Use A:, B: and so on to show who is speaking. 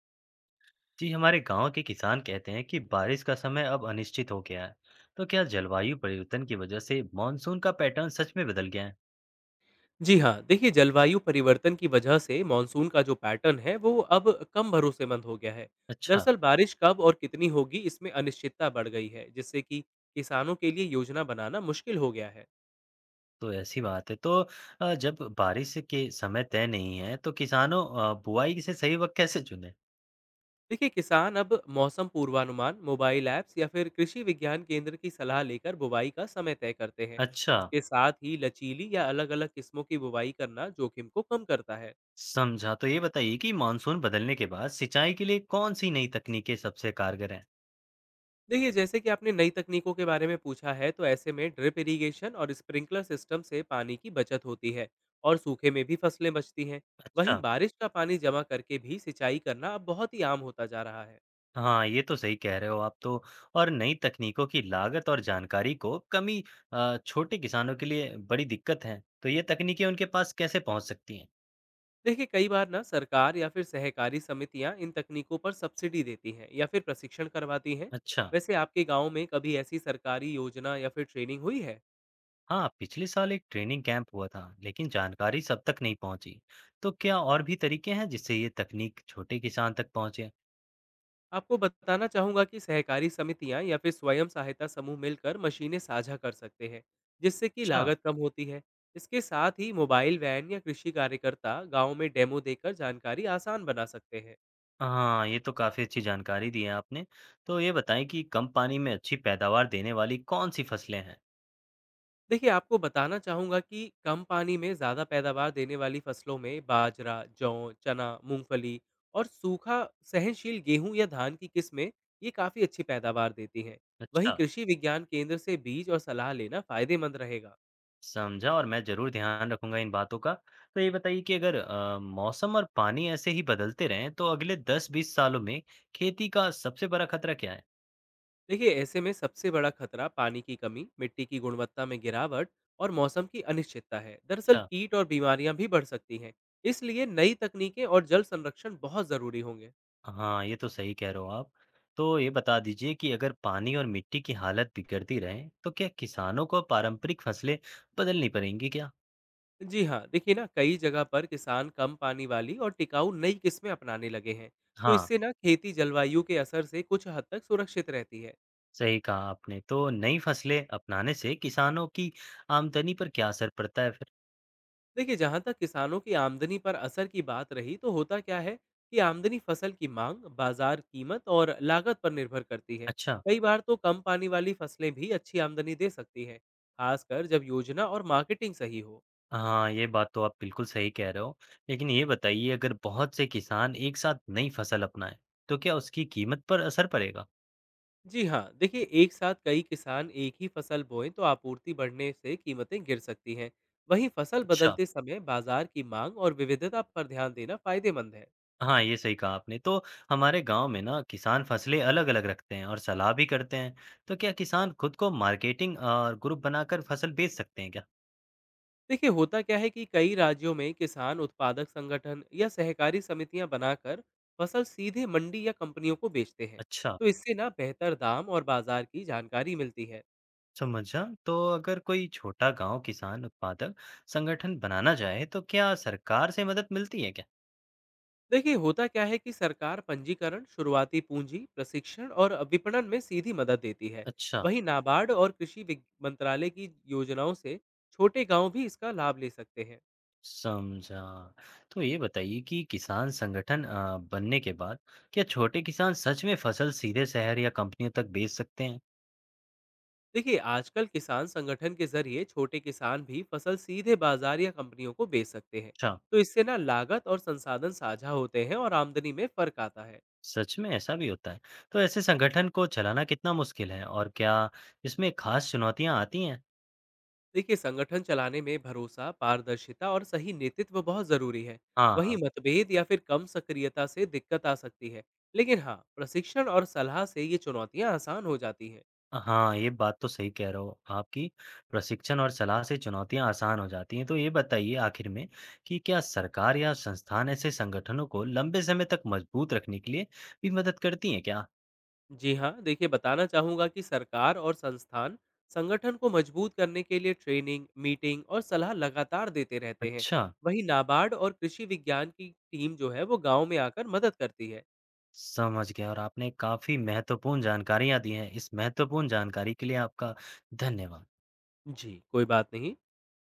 A: जी हमारे गांव के किसान कहते हैं कि बारिश का समय अब अनिश्चित हो गया है। तो क्या जलवायु परिवर्तन की वजह से मानसून का पैटर्न सच में बदल गया है?
B: जी हाँ, देखिए जलवायु परिवर्तन की वजह से मानसून का जो पैटर्न है वो अब कम भरोसेमंद हो गया है।
A: अच्छा,
B: दरअसल बारिश कब और कितनी होगी इसमें अनिश्चितता बढ़ गई है, जिससे कि किसानों के लिए योजना बनाना मुश्किल हो गया है।
A: तो ऐसी बात है तो जब बारिश के समय तय नहीं है तो किसानों बुआई से सही वक्त कैसे चुने?
B: देखिए किसान अब मौसम पूर्वानुमान, मोबाइल ऐप्स या फिर कृषि विज्ञान केंद्र की सलाह लेकर बुवाई का समय तय करते हैं।
A: अच्छा,
B: इसके साथ ही लचीली या अलग-अलग किस्मों की बुवाई करना जोखिम को कम करता है।
A: समझा। तो ये बताइए कि मानसून बदलने के बाद सिंचाई के लिए कौन सी नई तकनीकें सबसे कारगर हैं?
B: देखिए जैसे कि आपने नई तकनीकों के बारे में पूछा है तो ऐसे में ड्रिप इरिगेशन और स्प्रिंकलर सिस्टम से पानी की बचत होती है और सूखे में भी फसलें बचती हैं। वहीं
A: अच्छा,
B: बारिश का पानी जमा करके भी सिंचाई करना अब बहुत ही आम होता जा रहा है।
A: हाँ, ये तो सही कह रहे हो आप। तो और नई तकनीकों की लागत और जानकारी को कमी छोटे किसानों के लिए बड़ी दिक्कत है। तो ये तकनीकें उनके पास कैसे पहुंच सकती हैं?
B: देखिए कई बार ना सरकार या फिर सहकारी समितियां इन तकनीकों पर सब्सिडी देती हैं या फिर प्रशिक्षण करवाती हैं।
A: अच्छा,
B: वैसे आपके गांव में कभी ऐसी सरकारी योजना या फिर ट्रेनिंग हुई है?
A: हाँ, पिछले साल एक ट्रेनिंग कैंप हुआ था, लेकिन जानकारी सब तक नहीं पहुंची। तो क्या और भी तरीके हैं जिससे ये तकनीक छोटे किसान तक पहुंचे?
B: आपको बताना चाहूंगा कि सहकारी समितियां या फिर स्वयं सहायता समूह मिलकर मशीनें साझा कर सकते हैं, जिससे कि
A: अच्छा,
B: लागत कम होती है। इसके साथ ही मोबाइल वैन या कृषि कार्यकर्ता गांव में डेमो देकर जानकारी आसान बना सकते हैं।
A: हाँ, ये तो काफी अच्छी जानकारी दी है आपने। तो ये बताएं कि कम पानी में अच्छी पैदावार देने वाली कौन सी फसलें हैं?
B: देखिए आपको बताना चाहूंगा कि कम पानी में ज़्यादा पैदावार देने वाली फसलों में बाजरा, जौ, चना, मूंगफली और सूखा सहनशील गेहूं या धान की किस्में ये काफ़ी अच्छी पैदावार देती हैं। वहीं
A: अच्छा,
B: कृषि विज्ञान केंद्र से बीज और सलाह लेना फायदेमंद रहेगा।
A: समझा। और मैं ज़रूर ध्यान रखूँगा इन बातों का। तो ये बताइए कि अगर मौसम और पानी ऐसे ही बदलते रहें तो अगले 10-20 सालों में खेती का सबसे बड़ा खतरा क्या है?
B: देखिए ऐसे में सबसे बड़ा खतरा पानी की कमी, मिट्टी की गुणवत्ता में गिरावट और मौसम की अनिश्चितता है। दरअसल
A: अच्छा,
B: कीट और बीमारियां भी बढ़ सकती हैं, इसलिए नई तकनीकें और जल संरक्षण बहुत जरूरी होंगे।
A: हाँ, ये तो सही कह रहे हो आप। तो ये बता दीजिए कि अगर पानी और मिट्टी की हालत बिगड़ती रहे तो क्या किसानों को पारंपरिक फसलें बदलनी पड़ेंगी क्या?
B: जी हाँ, देखिए ना कई जगह पर किसान कम पानी वाली और टिकाऊ नई किस्में अपनाने लगे हैं। तो
A: हाँ,
B: इससे ना खेती जलवायु के असर से कुछ हद तक सुरक्षित रहती है।
A: सही कहा आपने। तो नई फसलें अपनाने से किसानों की आमदनी पर क्या असर पड़ता है फिर?
B: देखिए जहाँ तक किसानों की आमदनी पर असर की बात रही, तो होता क्या है कि आमदनी फसल की मांग, बाजार कीमत और लागत पर निर्भर करती है।
A: अच्छा।
B: कई बार तो कम पानी वाली फसलें भी अच्छी आमदनी दे सकती हैं, खासकर जब योजना और मार्केटिंग सही हो।
A: हाँ, ये बात तो आप बिल्कुल सही कह रहे हो। लेकिन ये बताइए अगर बहुत से किसान एक साथ नई फसल अपनाएं, तो क्या उसकी कीमत पर असर पड़ेगा?
B: जी हाँ, देखिए एक साथ कई किसान एक ही फसल बोएं तो आपूर्ति बढ़ने से कीमतें गिर सकती हैं। वहीं फसल
A: अच्छा,
B: बदलते समय बाजार की मांग और विविधता पर ध्यान देना फायदेमंद है।
A: हाँ, ये सही कहा आपने। तो हमारे गांव में ना किसान फसलें अलग-अलग रखते हैं और सलाह भी करते हैं। तो क्या किसान खुद को मार्केटिंग और ग्रुप बनाकर फसल बेच सकते हैं क्या?
B: देखिए होता क्या है कि कई राज्यों में किसान उत्पादक संगठन या सहकारी समितियां बनाकर फसल सीधे मंडी या कंपनियों को बेचते हैं।
A: अच्छा,
B: तो इससे ना बेहतर दाम और बाजार की जानकारी मिलती है।
A: समझा। तो अगर कोई छोटा गांव किसान उत्पादक संगठन बनाना चाहे, तो क्या सरकार से मदद मिलती है क्या?
B: देखिए होता क्या है कि सरकार पंजीकरण, शुरुआती पूंजी, प्रशिक्षण और विपणन में सीधी मदद देती है।
A: अच्छा।
B: वहीं नाबार्ड और मंत्रालय की योजनाओं से छोटे गांव भी इसका लाभ ले सकते हैं।
A: समझा। तो ये बताइए कि किसान संगठन बनने के बाद क्या छोटे किसान सच में फसल सीधे शहर या कंपनियों तक बेच सकते हैं?
B: देखिए आजकल किसान संगठन के जरिए छोटे किसान भी फसल सीधे बाजार या कंपनियों को बेच सकते हैं।
A: अच्छा,
B: तो इससे ना लागत और संसाधन साझा होते हैं और आमदनी में फर्क आता है।
A: सच में ऐसा भी होता है। तो ऐसे संगठन को चलाना कितना मुश्किल है और क्या इसमें खास चुनौतियां आती हैं?
B: देखिए संगठन चलाने में भरोसा, पारदर्शिता और सही नेतृत्व बहुत जरूरी है।
A: हाँ,
B: वहीं
A: हाँ।
B: मतभेद या फिर कम सक्रियता से दिक्कत आ सकती है, लेकिन हाँ प्रशिक्षण और सलाह से ये चुनौतियाँ आसान हो जाती हैं।
A: हाँ, ये बात तो सही कह रहे हो आपकी। प्रशिक्षण और सलाह से चुनौतियां आसान हो जाती हैं। तो ये बताइए आखिर में कि क्या सरकार या संस्थान ऐसे संगठनों को लंबे समय तक मजबूत रखने के लिए भी मदद करती हैं क्या?
B: जी हाँ, देखिए बताना चाहूँगा कि सरकार और संस्थान संगठन को मजबूत करने के लिए ट्रेनिंग, मीटिंग और सलाह लगातार देते रहते हैं।
A: अच्छा।
B: वहीं नाबार्ड और कृषि विज्ञान की टीम जो है वो गांव में आकर मदद करती है।
A: समझ गया और आपने काफ़ी महत्वपूर्ण जानकारियाँ दी हैं। इस महत्वपूर्ण जानकारी के लिए आपका धन्यवाद।
B: जी कोई बात नहीं।